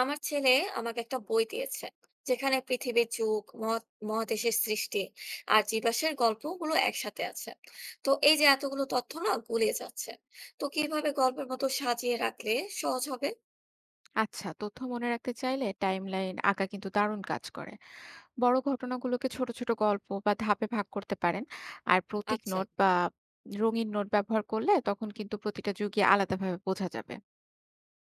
আমার ছেলে আমাকে একটা বই দিয়েছে, যেখানে পৃথিবীর যুগ মহৎ মহাদেশের সৃষ্টি আর জীবাশ্মের গল্পগুলো একসাথে আছে। তো এই যে এতগুলো তথ্য না গুলিয়ে যাচ্ছে, তো কিভাবে গল্পের মতো সাজিয়ে রাখলে সহজ হবে? আচ্ছা, তথ্য মনে রাখতে চাইলে টাইমলাইন আঁকা কিন্তু দারুণ কাজ করে। বড় ঘটনাগুলোকে ছোট ছোট গল্প বা ধাপে ভাগ করতে পারেন। আর প্রতীক আচ্ছা, নোট বা রঙিন নোট ব্যবহার করলে তখন কিন্তু প্রতিটা যুগই আলাদাভাবে বোঝা যাবে।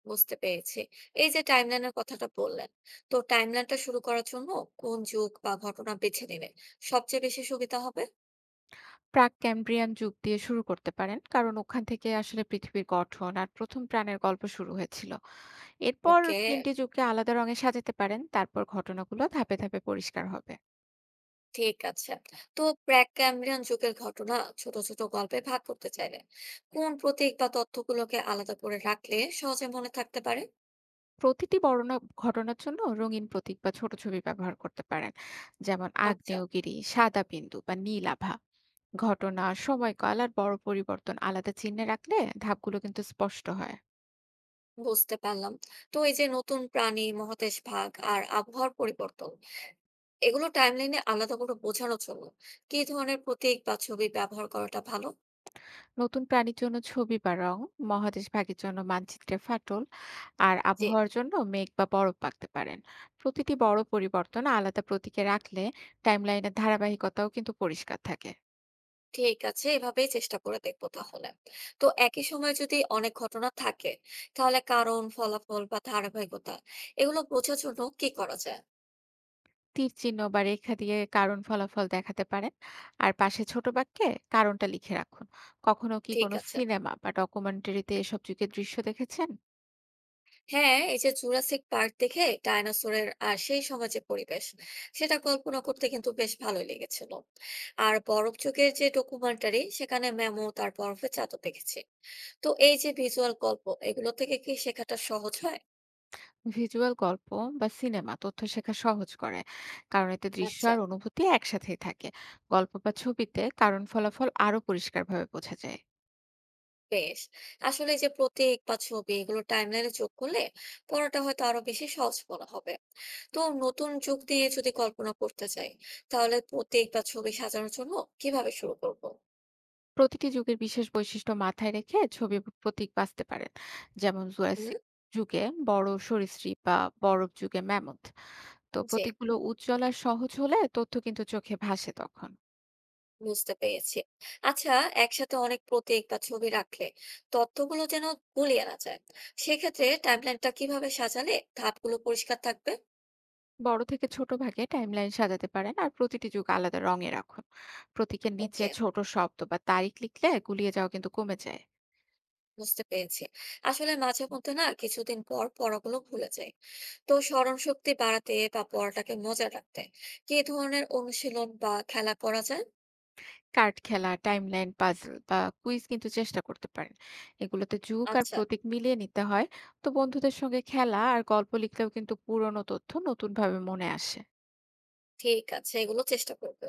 বুঝতে পেরেছি। এই যে টাইমলাইনের কথাটা বললেন, তো টাইমলাইনটা শুরু করার জন্য কোন যুগ বা ঘটনা বেছে নিলে সবচেয়ে বেশি সুবিধা হবে? প্রাক ক্যাম্ব্রিয়ান যুগ দিয়ে শুরু করতে পারেন, কারণ ওখান থেকে আসলে পৃথিবীর গঠন আর প্রথম প্রাণের গল্প শুরু হয়েছিল। এরপর ওকে, তিনটি যুগকে আলাদা রঙে সাজাতে পারেন, তারপর ঘটনাগুলো ধাপে ধাপে পরিষ্কার হবে। ঠিক আছে। তো প্রাক-ক্যাম্ব্রিয়ান যুগের ঘটনা ছোট, ছোট গল্পে ভাগ করতে চাইলে কোন প্রতীক বা তথ্যগুলোকে আলাদা করে রাখলে সহজে মনে থাকতে পারে? প্রতিটি বর্ণনা ঘটনার জন্য রঙিন প্রতীক বা ছোট ছবি ব্যবহার করতে পারেন, যেমন আচ্ছা, আগ্নেয়গিরি সাদা বিন্দু বা নীল আভা। ঘটনা সময়কাল আর বড় পরিবর্তন আলাদা চিহ্নে রাখলে ধাপগুলো কিন্তু স্পষ্ট হয়। বুঝতে পারলাম। তো এই যে নতুন প্রাণী, মহাদেশ ভাগ আর আবহাওয়ার পরিবর্তন, এগুলো টাইমলাইনে আলাদা করে বোঝানোর জন্য কি ধরনের প্রতীক বা ছবি ব্যবহার করাটা ভালো? নতুন প্রাণীর জন্য ছবি বা রং, মহাদেশ ভাগের জন্য মানচিত্রে ফাটল, আর যে, আবহাওয়ার জন্য মেঘ বা বরফ আঁকতে পারেন। প্রতিটি বড় পরিবর্তন আলাদা প্রতীকে রাখলে টাইমলাইনের ধারাবাহিকতাও কিন্তু পরিষ্কার থাকে। ঠিক আছে, এভাবেই চেষ্টা করে দেখবো তাহলে। তো একই সময়ে যদি অনেক ঘটনা থাকে, তাহলে কারণ, ফলাফল বা ধারাবাহিকতা এগুলো বোঝার জন্য কি করা যায়? তীর চিহ্ন বা রেখা দিয়ে কারণ ফলাফল দেখাতে পারেন, আর পাশে ছোট বাক্যে কারণটা লিখে রাখুন। কখনো কি ঠিক কোনো আছে। সিনেমা বা ডকুমেন্টারিতে এসব যুগের দৃশ্য দেখেছেন? হ্যাঁ, এই যে জুরাসিক পার্ক দেখে ডায়নোসরের আর সেই সময় যে পরিবেশ, সেটা কল্পনা করতে কিন্তু বেশ ভালোই লেগেছিল। আর বরফ যুগের যে ডকুমেন্টারি, সেখানে ম্যামথ আর বরফের চাঁদও দেখেছি। তো এই যে ভিজুয়াল গল্প, এগুলো থেকে কি শেখাটা সহজ হয়? ভিজুয়াল গল্প বা সিনেমা তথ্য শেখা সহজ করে, কারণ এতে দৃশ্য আচ্ছা, আর অনুভূতি একসাথেই থাকে। গল্প বা ছবিতে কারণ ফলাফল আরো পরিষ্কারভাবে বোঝা যায়। বেশ। আসলে এই যে প্রতীক বা ছবি, এগুলো টাইমলাইনে যোগ করলে পড়াটা হয়তো আরো বেশি সহজ মনে হবে। তো নতুন যুগ দিয়ে যদি কল্পনা করতে চাই, তাহলে প্রতীক বা ছবি সাজানোর জন্য কিভাবে শুরু করব? প্রতিটি যুগের বিশেষ বৈশিষ্ট্য মাথায় রেখে ছবির প্রতীক বাছতে পারেন। যেমন হুম, জুরাসিক যুগে বড় সরীসৃপ বা বরফ যুগে ম্যামথ। তো জি। প্রতীকগুলো উজ্জ্বল আর সহজ হলে তথ্য কিন্তু চোখে ভাসে তখন। বুঝতে পেরেছি। আচ্ছা, একসাথে অনেক প্রতীক বা ছবি রাখলে তথ্যগুলো যেন গুলিয়ে না যায়, সেক্ষেত্রে টাইমলাইনটা কিভাবে সাজালে ধাপগুলো পরিষ্কার থাকবে? বড় থেকে ছোট ভাগে টাইমলাইন সাজাতে পারেন আর প্রতিটি যুগ আলাদা রঙে রাখুন। প্রতীকের নিচে ওকে, ছোট শব্দ বা তারিখ লিখলে গুলিয়ে যাওয়া কিন্তু কমে যায়। বুঝতে পেরেছি। আসলে মাঝে মধ্যে না কিছুদিন পর পড়াগুলো ভুলে যাই, তো স্মরণ শক্তি বাড়াতে বা পড়াটাকে মজা রাখতে কি ধরনের অনুশীলন বা খেলা করা যায়? কার্ড খেলা, টাইমলাইন পাজল বা কুইজ কিন্তু চেষ্টা করতে পারেন। এগুলোতে যুগ আর আচ্ছা, প্রতীক মিলিয়ে নিতে হয়। তো বন্ধুদের সঙ্গে খেলা আর গল্প লিখলেও কিন্তু পুরনো তথ্য নতুনভাবে মনে আসে। ঠিক আছে, এগুলো চেষ্টা করবো।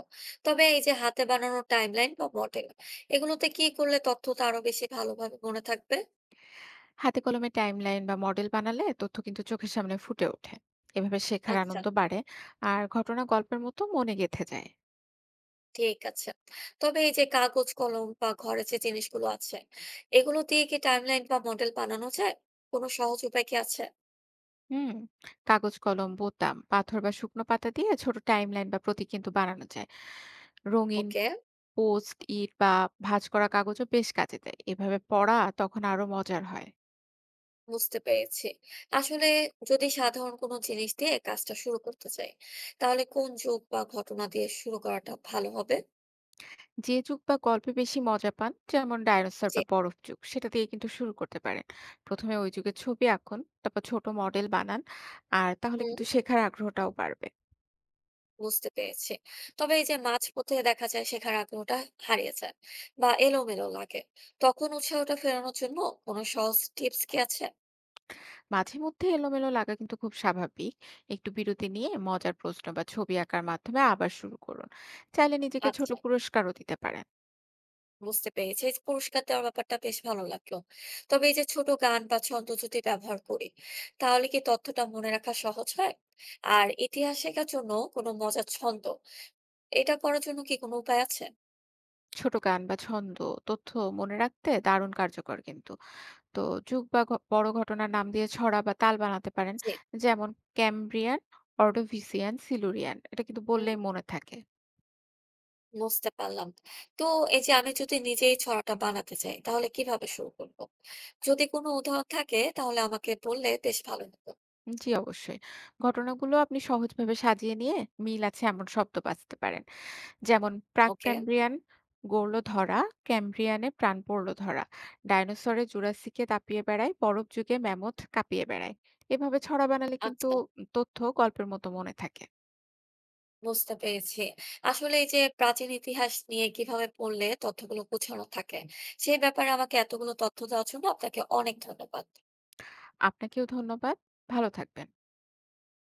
তবে এই যে হাতে বানানো টাইমলাইন বা মডেল, এগুলোতে কি করলে তথ্যটা আরো বেশি ভালোভাবে মনে থাকবে? হাতে কলমে টাইমলাইন বা মডেল বানালে তথ্য কিন্তু চোখের সামনে ফুটে ওঠে। এভাবে শেখার আচ্ছা, আনন্দ বাড়ে আর ঘটনা গল্পের মতো মনে গেঁথে যায়। ঠিক আছে। তবে এই যে কাগজ কলম বা ঘরে যে জিনিসগুলো আছে, এগুলো দিয়ে কি টাইমলাইন বা মডেল বানানো যায়? কোনো সহজ উপায় কি আছে? হুম, কাগজ কলম, বোতাম, পাথর বা শুকনো পাতা দিয়ে ছোট টাইমলাইন বা প্রতীক কিন্তু বানানো যায়। রঙিন ওকে, পোস্ট ইট বা ভাঁজ করা কাগজও বেশ কাজে দেয়। এভাবে পড়া তখন আরো মজার হয়। বুঝতে পেরেছি। আসলে যদি সাধারণ কোনো জিনিস দিয়ে কাজটা শুরু করতে চাই, তাহলে কোন যুগ বা ঘটনা দিয়ে শুরু করাটা ভালো হবে? যে যুগ বা গল্পে বেশি মজা পান, যেমন ডাইনোসর জি, বা বরফ যুগ, সেটা দিয়ে কিন্তু শুরু করতে পারেন। প্রথমে ওই যুগের ছবি আঁকুন, তারপর ছোট মডেল বানান, আর তাহলে হুম, কিন্তু শেখার আগ্রহটাও বাড়বে। বুঝতে পেরেছি। তবে এই যে মাঝপথে দেখা যায় শেখার আগ্রহটা হারিয়ে যায় বা এলোমেলো লাগে, তখন উৎসাহটা ফেরানোর জন্য কোনো সহজ টিপস কি আছে? মাঝে মধ্যে এলোমেলো লাগা কিন্তু খুব স্বাভাবিক। একটু বিরতি নিয়ে মজার প্রশ্ন বা ছবি আঁকার মাধ্যমে আবার শুরু করুন। চাইলে নিজেকে ছোট আচ্ছা। পুরস্কারও দিতে পারেন। বুঝতে পেরেছি। এই যে পুরস্কার দেওয়ার ব্যাপারটা বেশ ভালো লাগলো। তবে এই যে ছোট গান বা ছন্দ যদি ব্যবহার করি, তাহলে কি তথ্যটা মনে রাখা সহজ হয়? আর ইতিহাস শেখার জন্য কোনো মজার ছন্দ, এটা করার জন্য কি কোনো উপায় আছে? ছোট গান বা ছন্দ তথ্য মনে রাখতে দারুণ কার্যকর কিন্তু। তো যুগ বা বড় ঘটনার নাম দিয়ে ছড়া বা তাল বানাতে পারেন। জি, যেমন ক্যামব্রিয়ান, অর্ডোভিসিয়ান, সিলুরিয়ান। এটা কিন্তু হুম, বললেই মনে থাকে। বুঝতে পারলাম। তো এই যে আমি যদি নিজেই ছড়াটা বানাতে চাই, তাহলে কিভাবে শুরু করব? যদি কোনো উদাহরণ থাকে, তাহলে আমাকে বললে বেশ ভালো হতো। জি, অবশ্যই। ঘটনাগুলো আপনি সহজভাবে সাজিয়ে নিয়ে মিল আছে এমন শব্দ বাছতে পারেন। যেমন ওকে, প্রাক-ক্যামব্রিয়ান গড়ল ধরা, ক্যামব্রিয়ানে প্রাণ পড়ল ধরা। ডায়নোসরে জুরাসিকে দাপিয়ে বেড়ায়, বরফ যুগে ম্যামথ কাঁপিয়ে বেড়ায়। এভাবে ছড়া বানালে কিন্তু আচ্ছা। তথ্য গল্পের মতো মনে থাকে। বুঝতে পেরেছি। আসলে এই যে প্রাচীন ইতিহাস নিয়ে কিভাবে পড়লে তথ্যগুলো গোছানো থাকে, সেই ব্যাপারে আমাকে এতগুলো তথ্য দেওয়ার জন্য আপনাকে অনেক ধন্যবাদ। আপনাকেও ধন্যবাদ। ভালো থাকবেন।